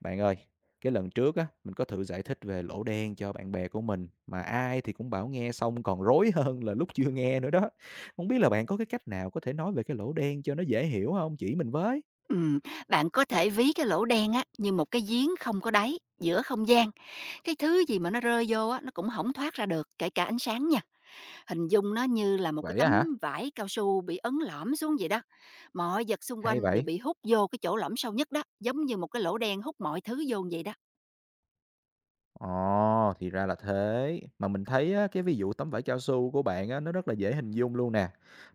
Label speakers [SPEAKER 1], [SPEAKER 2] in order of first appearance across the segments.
[SPEAKER 1] Bạn ơi, cái lần trước á, mình có thử giải thích về lỗ đen cho bạn bè của mình mà ai thì cũng bảo nghe xong còn rối hơn là lúc chưa nghe nữa đó. Không biết là bạn có cái cách nào có thể nói về cái lỗ đen cho nó dễ hiểu không? Chỉ mình với.
[SPEAKER 2] Ừm, bạn có thể ví cái lỗ đen á như một cái giếng không có đáy giữa không gian. Cái thứ gì mà nó rơi vô á nó cũng hổng thoát ra được, kể cả ánh sáng nha. Hình dung nó như là một cái
[SPEAKER 1] Vậy á hả?
[SPEAKER 2] tấm vải cao su bị ấn lõm xuống vậy đó. Mọi vật xung
[SPEAKER 1] Hay
[SPEAKER 2] quanh đều
[SPEAKER 1] vậy.
[SPEAKER 2] bị hút vô cái chỗ lõm sâu nhất đó, giống như một cái lỗ đen hút mọi thứ vô vậy đó.
[SPEAKER 1] Ồ, thì ra là thế. Mà mình thấy á, cái ví dụ tấm vải cao su của bạn á, nó rất là dễ hình dung luôn nè.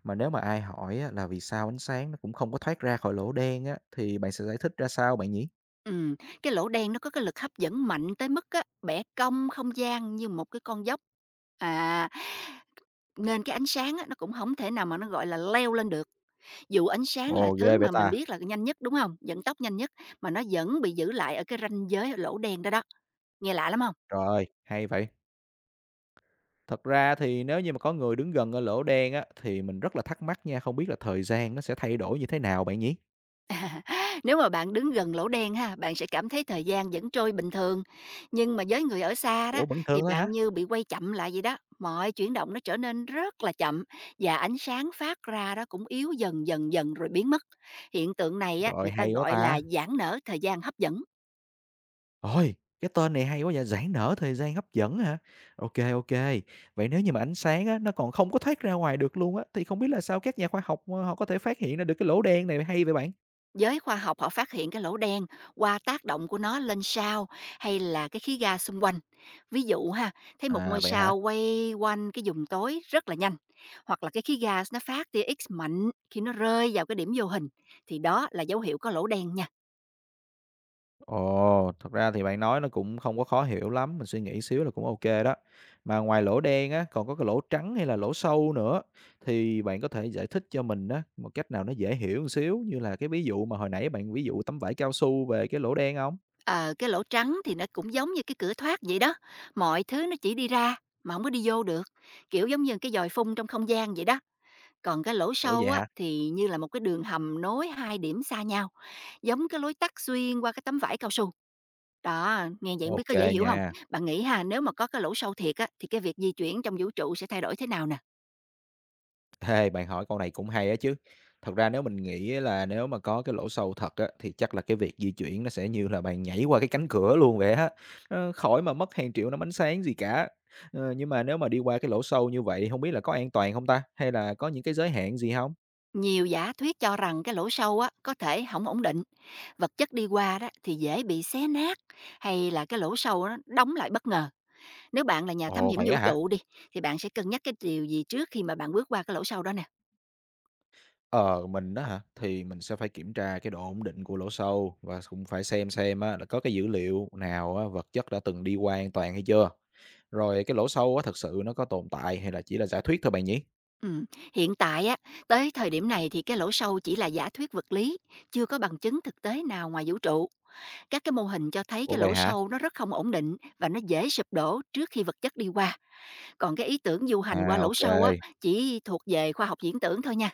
[SPEAKER 1] Mà nếu mà ai hỏi á, là vì sao ánh sáng nó cũng không có thoát ra khỏi lỗ đen á, thì bạn sẽ giải thích ra sao bạn nhỉ?
[SPEAKER 2] Ừm, cái lỗ đen nó có cái lực hấp dẫn mạnh tới mức á bẻ cong không gian như một cái con dốc. À, nên cái ánh sáng á nó cũng không thể nào mà nó, gọi là, leo lên được. Dù ánh sáng là
[SPEAKER 1] Ồ,
[SPEAKER 2] thứ
[SPEAKER 1] ghê vậy
[SPEAKER 2] mà mình
[SPEAKER 1] ta.
[SPEAKER 2] biết là nhanh nhất, đúng không? Dẫn tốc nhanh nhất, mà nó vẫn bị giữ lại ở cái ranh giới lỗ đen đó đó, nghe lạ lắm không?
[SPEAKER 1] Trời ơi, hay vậy. Thật ra thì nếu như mà có người đứng gần ở lỗ đen á, thì mình rất là thắc mắc nha, không biết là thời gian nó sẽ thay đổi như thế nào bạn nhỉ?
[SPEAKER 2] Nếu mà bạn đứng gần lỗ đen ha, bạn sẽ cảm thấy thời gian vẫn trôi bình thường, nhưng mà với người ở xa đó,
[SPEAKER 1] Ủa, vẫn thường
[SPEAKER 2] thì
[SPEAKER 1] thôi hả?
[SPEAKER 2] bạn như bị quay chậm lại vậy đó, mọi chuyển động nó trở nên rất là chậm và ánh sáng phát ra đó cũng yếu dần, dần, dần rồi biến mất. Hiện tượng này á,
[SPEAKER 1] Rồi,
[SPEAKER 2] người ta
[SPEAKER 1] hay quá
[SPEAKER 2] gọi là
[SPEAKER 1] ta!
[SPEAKER 2] giãn nở thời gian hấp dẫn.
[SPEAKER 1] Ôi, cái tên này hay quá vậy, "Giãn nở thời gian hấp dẫn" hả? Ok, ok. Vậy nếu như mà ánh sáng á, nó còn không có thoát ra ngoài được luôn á, thì không biết là sao các nhà khoa học, ờ, họ có thể phát hiện ra được cái lỗ đen này hay vậy bạn?
[SPEAKER 2] Giới khoa học họ phát hiện cái lỗ đen qua tác động của nó lên sao hay là cái khí ga xung quanh. Ví dụ ha, thấy một
[SPEAKER 1] À,
[SPEAKER 2] ngôi
[SPEAKER 1] vậy hả?
[SPEAKER 2] sao quay quanh cái vùng tối rất là nhanh, hoặc là cái khí ga nó phát tia X mạnh khi nó rơi vào cái điểm vô hình, thì đó là dấu hiệu có lỗ đen nha.
[SPEAKER 1] Ồ, thật ra thì bạn nói nó cũng không có khó hiểu lắm, mình suy nghĩ xíu là cũng ok đó. Mà ngoài lỗ đen á, còn có cái lỗ trắng hay là lỗ sâu nữa, thì bạn có thể giải thích cho mình á, một cách nào nó dễ hiểu một xíu, như là cái ví dụ mà hồi nãy bạn ví dụ tấm vải cao su về cái lỗ đen không?
[SPEAKER 2] Ờ, cái lỗ trắng thì nó cũng giống như cái cửa thoát vậy đó. Mọi thứ nó chỉ đi ra mà không có đi vô được, kiểu giống như cái dòi phun trong không gian vậy đó. Còn cái lỗ
[SPEAKER 1] Ủa,
[SPEAKER 2] sâu
[SPEAKER 1] vậy
[SPEAKER 2] á,
[SPEAKER 1] hả?
[SPEAKER 2] thì như là một cái đường hầm nối hai điểm xa nhau, giống cái lối tắt xuyên qua cái tấm vải cao su. Đó, nghe vậy hông biết
[SPEAKER 1] Ok
[SPEAKER 2] có dễ hiểu không.
[SPEAKER 1] nha.
[SPEAKER 2] Bạn nghĩ ha, nếu mà có cái lỗ sâu thiệt á, thì cái việc di chuyển trong vũ trụ sẽ thay đổi thế nào nè?
[SPEAKER 1] Ê, bạn hỏi câu này cũng hay á chứ. Thật ra nếu mình nghĩ là nếu mà có cái lỗ sâu thật á, thì chắc là cái việc di chuyển nó sẽ như là bạn nhảy qua cái cánh cửa luôn vậy á. Ờ, khỏi mà mất hàng triệu năm ánh sáng gì cả. Ờ, nhưng mà nếu mà đi qua cái lỗ sâu như vậy không biết là có an toàn không ta? Hay là có những cái giới hạn gì không?
[SPEAKER 2] Nhiều giả thuyết cho rằng cái lỗ sâu á, có thể không ổn định, vật chất đi qua đó thì dễ bị xé nát, hay là cái lỗ sâu nó đóng lại bất ngờ. Nếu bạn là nhà thám
[SPEAKER 1] Ồ,
[SPEAKER 2] hiểm
[SPEAKER 1] vậy
[SPEAKER 2] vũ
[SPEAKER 1] á hả?
[SPEAKER 2] trụ đi, thì bạn sẽ cân nhắc cái điều gì trước khi mà bạn bước qua cái lỗ sâu đó nè?
[SPEAKER 1] Ờ, mình đó hả, thì mình sẽ phải kiểm tra cái độ ổn định của lỗ sâu và cũng phải xem á là có cái dữ liệu nào á, vật chất đã từng đi qua an toàn hay chưa? Rồi cái lỗ sâu á, thật sự nó có tồn tại hay là chỉ là giả thuyết thôi bạn nhỉ?
[SPEAKER 2] Ừm, hiện tại á, tới thời điểm này thì cái lỗ sâu chỉ là giả thuyết vật lý, chưa có bằng chứng thực tế nào ngoài vũ trụ. Các cái mô hình cho thấy
[SPEAKER 1] Ủa,
[SPEAKER 2] cái
[SPEAKER 1] vậy
[SPEAKER 2] lỗ
[SPEAKER 1] hả?
[SPEAKER 2] sâu nó rất không ổn định và nó dễ sụp đổ trước khi vật chất đi qua. Còn cái ý tưởng du hành qua
[SPEAKER 1] À, ô.
[SPEAKER 2] lỗ sâu á, chỉ thuộc về khoa học viễn tưởng thôi nha.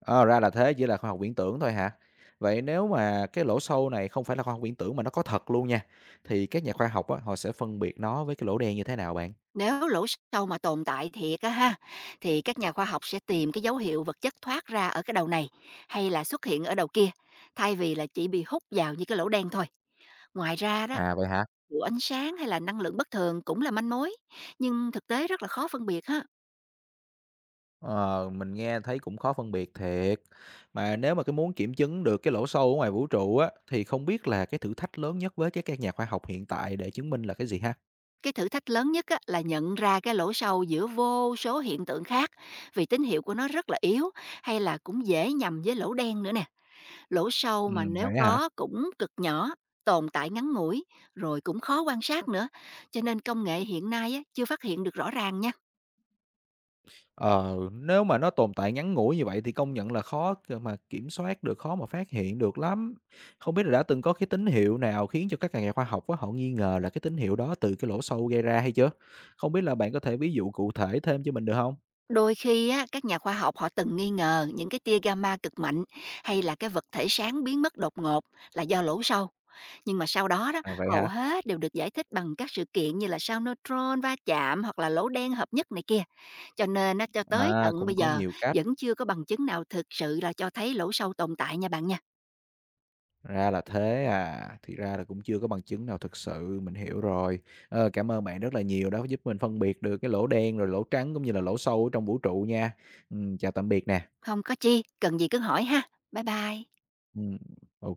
[SPEAKER 1] Ờ, ra là thế, chỉ là khoa học viễn tưởng thôi hả? Vậy nếu mà cái lỗ sâu này không phải là khoa học viễn tưởng mà nó có thật luôn nha, thì các nhà khoa học á, họ sẽ phân biệt nó với cái lỗ đen như thế nào bạn?
[SPEAKER 2] Nếu lỗ sâu mà tồn tại thiệt á ha, thì các nhà khoa học sẽ tìm cái dấu hiệu vật chất thoát ra ở cái đầu này hay là xuất hiện ở đầu kia, thay vì là chỉ bị hút vào như cái lỗ đen thôi. Ngoài ra đó,
[SPEAKER 1] À, vậy hả?
[SPEAKER 2] độ ánh sáng hay là năng lượng bất thường cũng là manh mối, nhưng thực tế rất là khó phân biệt ha.
[SPEAKER 1] Ờ, mình nghe thấy cũng khó phân biệt thiệt. Mà nếu mà cái muốn kiểm chứng được cái lỗ sâu ở ngoài vũ trụ á, thì không biết là cái thử thách lớn nhất với cái các nhà khoa học hiện tại để chứng minh là cái gì ha?
[SPEAKER 2] Cái thử thách lớn nhất á, là nhận ra cái lỗ sâu giữa vô số hiện tượng khác vì tín hiệu của nó rất là yếu hay là cũng dễ nhầm với lỗ đen nữa nè. Lỗ sâu mà nếu
[SPEAKER 1] Vậy á hả?
[SPEAKER 2] có cũng cực nhỏ, tồn tại ngắn ngủi rồi cũng khó quan sát nữa. Cho nên công nghệ hiện nay á, chưa phát hiện được rõ ràng nha.
[SPEAKER 1] Ờ, nếu mà nó tồn tại ngắn ngủi như vậy thì công nhận là khó để mà kiểm soát được, khó mà phát hiện được lắm. Không biết là đã từng có cái tín hiệu nào khiến cho các nhà khoa học á, họ nghi ngờ là cái tín hiệu đó từ cái lỗ sâu gây ra hay chưa? Không biết là bạn có thể ví dụ cụ thể thêm cho mình được không?
[SPEAKER 2] Đôi khi á, các nhà khoa học họ từng nghi ngờ những cái tia gamma cực mạnh hay là cái vật thể sáng biến mất đột ngột là do lỗ sâu. Nhưng mà sau đó đó,
[SPEAKER 1] À, vậy
[SPEAKER 2] hầu
[SPEAKER 1] hả?
[SPEAKER 2] hết đều được giải thích bằng các sự kiện như là sao neutron va chạm hoặc là lỗ đen hợp nhất này kia. Cho nên á, cho tới
[SPEAKER 1] À,
[SPEAKER 2] tận
[SPEAKER 1] cũng
[SPEAKER 2] bây
[SPEAKER 1] có
[SPEAKER 2] giờ
[SPEAKER 1] nhiều cách,
[SPEAKER 2] vẫn chưa có bằng chứng nào thực sự là cho thấy lỗ sâu tồn tại nha bạn nha.
[SPEAKER 1] ra là thế à, thì ra là cũng chưa có bằng chứng nào thực sự, mình hiểu rồi. Ờ, cảm ơn bạn rất là nhiều đã giúp mình phân biệt được cái lỗ đen, rồi lỗ trắng cũng như là lỗ sâu ở trong vũ trụ nha. Chào tạm biệt nè.
[SPEAKER 2] Không có chi, cần gì cứ hỏi ha. Bye bye.
[SPEAKER 1] Ừm, ô.